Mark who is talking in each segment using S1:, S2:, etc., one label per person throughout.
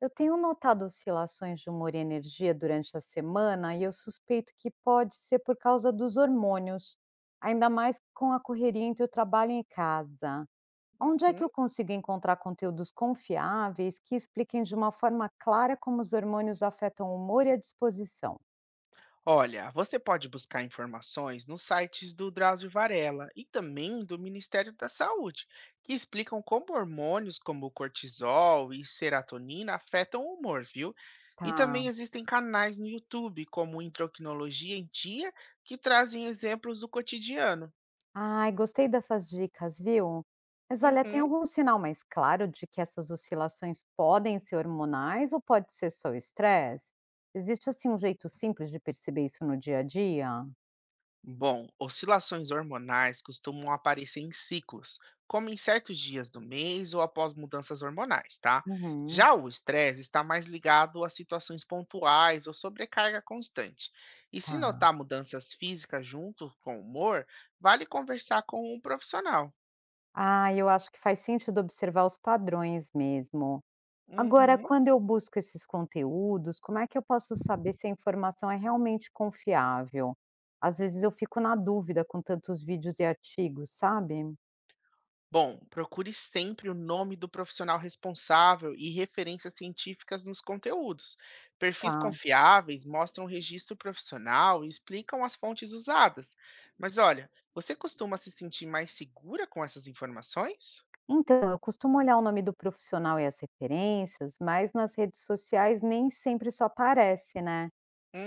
S1: Eu tenho notado oscilações de humor e energia durante a semana e eu suspeito que pode ser por causa dos hormônios, ainda mais com a correria entre o trabalho e casa. Onde é que
S2: Uhum.
S1: eu consigo encontrar conteúdos confiáveis que expliquem de uma forma clara como os hormônios afetam o humor e a disposição?
S2: Olha, você pode buscar informações nos sites do Drauzio Varela e também do Ministério da Saúde, que explicam como hormônios como cortisol e serotonina afetam o humor, viu? E
S1: Tá.
S2: também existem canais no YouTube, como Endocrinologia em Dia, que trazem exemplos do cotidiano.
S1: Ai, gostei dessas dicas, viu? Mas olha, tem
S2: Uhum.
S1: algum sinal mais claro de que essas oscilações podem ser hormonais ou pode ser só o estresse? Existe assim um jeito simples de perceber isso no dia a dia?
S2: Bom, oscilações hormonais costumam aparecer em ciclos, como em certos dias do mês ou após mudanças hormonais, tá?
S1: Uhum,
S2: Já o estresse está mais ligado a situações pontuais ou sobrecarga constante. E se
S1: tá.
S2: notar mudanças físicas junto com o humor, vale conversar com um profissional.
S1: Ah, eu acho que faz sentido observar os padrões mesmo. Agora,
S2: Uhum.
S1: quando eu busco esses conteúdos, como é que eu posso saber se a informação é realmente confiável? Às vezes eu fico na dúvida com tantos vídeos e artigos, sabe?
S2: Bom, procure sempre o nome do profissional responsável e referências científicas nos conteúdos. Perfis
S1: Tá.
S2: confiáveis mostram o registro profissional e explicam as fontes usadas. Mas olha, você costuma se sentir mais segura com essas informações?
S1: Então, eu costumo olhar o nome do profissional e as referências, mas nas redes sociais nem sempre isso aparece, né?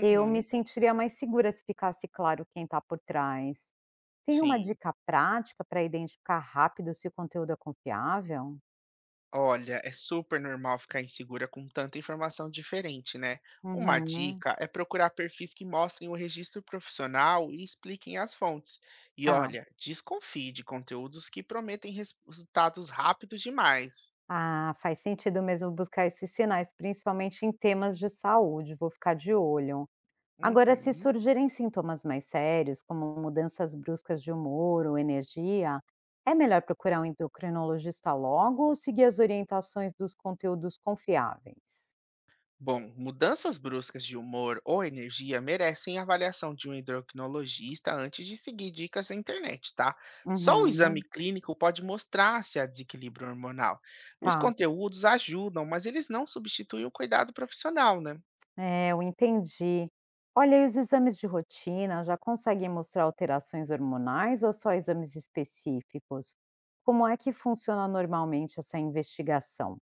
S1: Eu me sentiria mais segura se ficasse claro quem está por trás. Tem uma
S2: sim.
S1: dica prática para identificar rápido se o conteúdo é confiável?
S2: Olha, é super normal ficar insegura com tanta informação diferente, né? Uma
S1: Uhum,
S2: dica é procurar perfis que mostrem o registro profissional e expliquem as fontes. E
S1: tá.
S2: olha, desconfie de conteúdos que prometem resultados rápidos demais.
S1: Ah, faz sentido mesmo buscar esses sinais, principalmente em temas de saúde. Vou ficar de olho. Agora, se
S2: Uhum.
S1: surgirem sintomas mais sérios, como mudanças bruscas de humor ou energia, é melhor procurar um endocrinologista logo ou seguir as orientações dos conteúdos confiáveis?
S2: Bom, mudanças bruscas de humor ou energia merecem avaliação de um endocrinologista antes de seguir dicas na internet, tá? Só o exame
S1: Uhum,
S2: clínico pode mostrar se há desequilíbrio hormonal. Os
S1: tá.
S2: conteúdos ajudam, mas eles não substituem o cuidado profissional, né?
S1: É, eu entendi. Olha, e os exames de rotina já conseguem mostrar alterações hormonais ou só exames específicos? Como é que funciona normalmente essa investigação?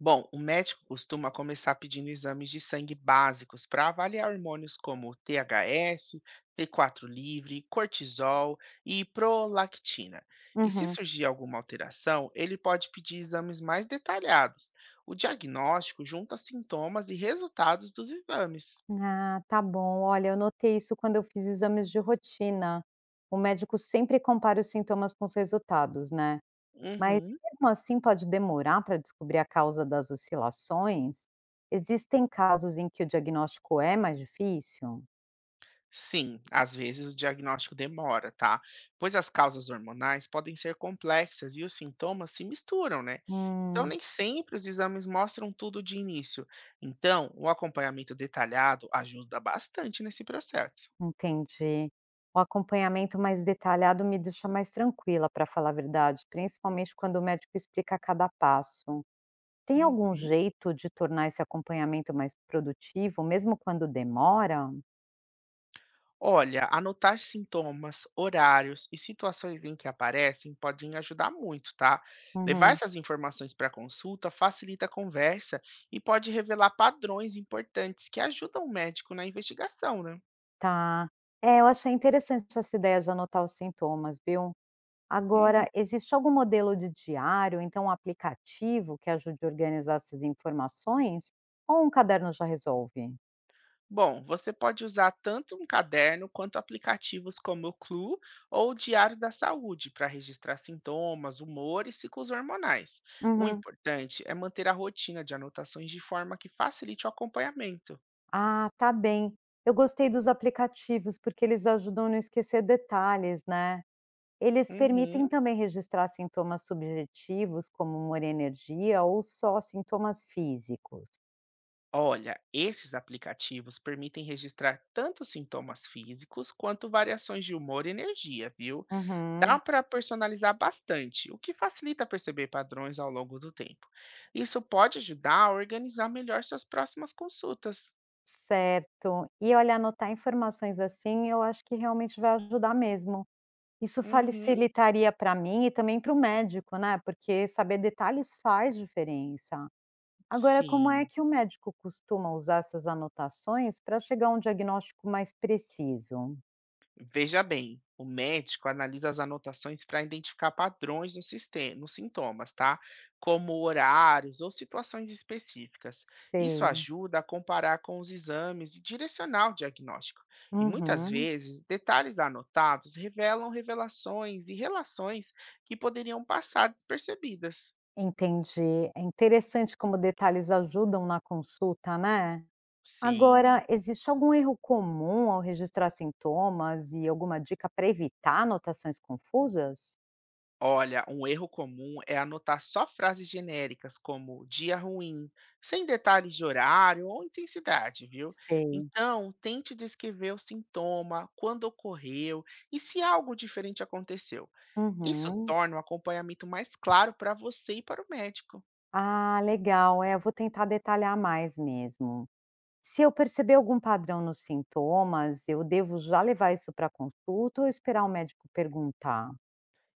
S2: Bom, o médico costuma começar pedindo exames de sangue básicos para avaliar hormônios como THS, T4 livre, cortisol e prolactina. E se
S1: Uhum.
S2: surgir alguma alteração, ele pode pedir exames mais detalhados. O diagnóstico junta sintomas e resultados dos exames.
S1: Ah, tá bom. Olha, eu notei isso quando eu fiz exames de rotina. O médico sempre compara os sintomas com os resultados, né? Mas
S2: Uhum.
S1: mesmo assim pode demorar para descobrir a causa das oscilações? Existem casos em que o diagnóstico é mais difícil?
S2: Sim, às vezes o diagnóstico demora, tá? Pois as causas hormonais podem ser complexas e os sintomas se misturam, né? Então,
S1: Hum,
S2: nem sempre os exames mostram tudo de início. Então, o acompanhamento detalhado ajuda bastante nesse processo.
S1: entendi. O acompanhamento mais detalhado me deixa mais tranquila, para falar a verdade, principalmente quando o médico explica cada passo. Tem
S2: Uhum.
S1: algum jeito de tornar esse acompanhamento mais produtivo, mesmo quando demora?
S2: Olha, anotar sintomas, horários e situações em que aparecem podem ajudar muito, tá? Levar
S1: Uhum,
S2: essas informações para consulta facilita a conversa e pode revelar padrões importantes que ajudam o médico na investigação, né?
S1: tá. É, eu achei interessante essa ideia de anotar os sintomas, viu?
S2: Uhum.
S1: Agora, existe algum modelo de diário, então um aplicativo que ajude a organizar essas informações? Ou um caderno já resolve?
S2: Bom, você pode usar tanto um caderno quanto aplicativos como o Clue ou o Diário da Saúde para registrar sintomas, humor e ciclos hormonais. O
S1: Uhum.
S2: importante é manter a rotina de anotações de forma que facilite o acompanhamento.
S1: Ah, tá bem. Eu gostei dos aplicativos porque eles ajudam a não esquecer detalhes, né? Eles permitem
S2: Uhum.
S1: também registrar sintomas subjetivos, como humor e energia, ou só sintomas físicos?
S2: Olha, esses aplicativos permitem registrar tanto sintomas físicos quanto variações de humor e energia, viu? Dá
S1: Uhum.
S2: para personalizar bastante, o que facilita perceber padrões ao longo do tempo. Isso pode ajudar a organizar melhor suas próximas consultas.
S1: Certo. E olha, anotar informações assim, eu acho que realmente vai ajudar mesmo. Isso
S2: Uhum,
S1: facilitaria para mim e também para o médico, né? Porque saber detalhes faz diferença. Agora, como é
S2: sim.
S1: que o médico costuma usar essas anotações para chegar a um diagnóstico mais preciso?
S2: Veja bem, o médico analisa as anotações para identificar padrões no sistema, nos sintomas, tá? Como horários ou situações específicas. Isso
S1: Sei.
S2: ajuda a comparar com os exames e direcionar o diagnóstico. E muitas
S1: Uhum.
S2: vezes, detalhes anotados revelam revelações e relações que poderiam passar despercebidas.
S1: Entendi. É interessante como detalhes ajudam na consulta, né?
S2: Sim.
S1: Agora, existe algum erro comum ao registrar sintomas e alguma dica para evitar anotações confusas?
S2: Olha, um erro comum é anotar só frases genéricas como dia ruim, sem detalhes de horário ou intensidade, viu?
S1: Sei.
S2: Então, tente descrever o sintoma, quando ocorreu e se algo diferente aconteceu. Isso
S1: Uhum.
S2: torna o acompanhamento mais claro para você e para o médico.
S1: Ah, legal. É, eu vou tentar detalhar mais mesmo. Se eu perceber algum padrão nos sintomas, eu devo já levar isso para consulta ou esperar o médico perguntar?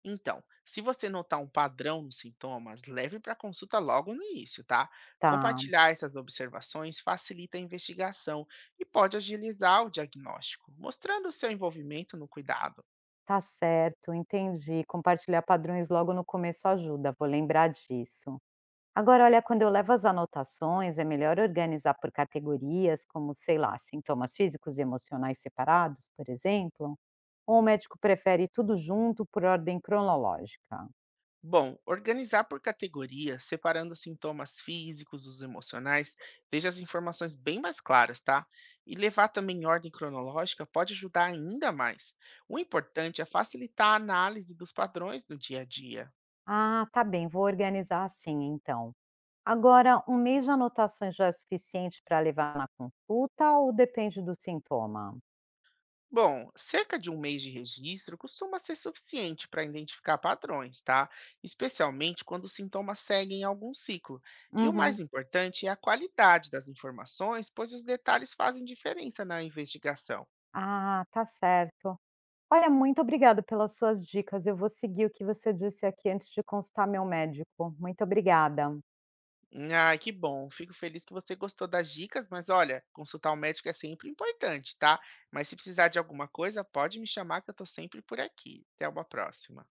S2: Então, se você notar um padrão nos sintomas, leve para consulta logo no início, tá?
S1: Tá,
S2: Compartilhar essas observações facilita a investigação e pode agilizar o diagnóstico, mostrando o seu envolvimento no cuidado.
S1: tá certo, entendi. Compartilhar padrões logo no começo ajuda, vou lembrar disso. Agora, olha, quando eu levo as anotações, é melhor organizar por categorias, como, sei lá, sintomas físicos e emocionais separados, por exemplo? Ou o médico prefere tudo junto por ordem cronológica?
S2: Bom, organizar por categorias, separando sintomas físicos dos emocionais, deixa as informações bem mais claras, tá? E levar também em ordem cronológica pode ajudar ainda mais. O importante é facilitar a análise dos padrões do dia a dia.
S1: Ah, tá bem, vou organizar assim então. Agora, um mês de anotações já é suficiente para levar na consulta ou depende do sintoma?
S2: Bom, cerca de um mês de registro costuma ser suficiente para identificar padrões, tá? Especialmente quando os sintomas seguem algum ciclo. E o mais
S1: Uhum.
S2: importante é a qualidade das informações, pois os detalhes fazem diferença na investigação.
S1: Ah, tá certo. Olha, muito obrigada pelas suas dicas. Eu vou seguir o que você disse aqui antes de consultar meu médico. Muito obrigada.
S2: Ai, que bom, fico feliz que você gostou das dicas, mas olha, consultar o médico é sempre importante, tá? Mas se precisar de alguma coisa, pode me chamar que eu estou sempre por aqui. Até uma próxima.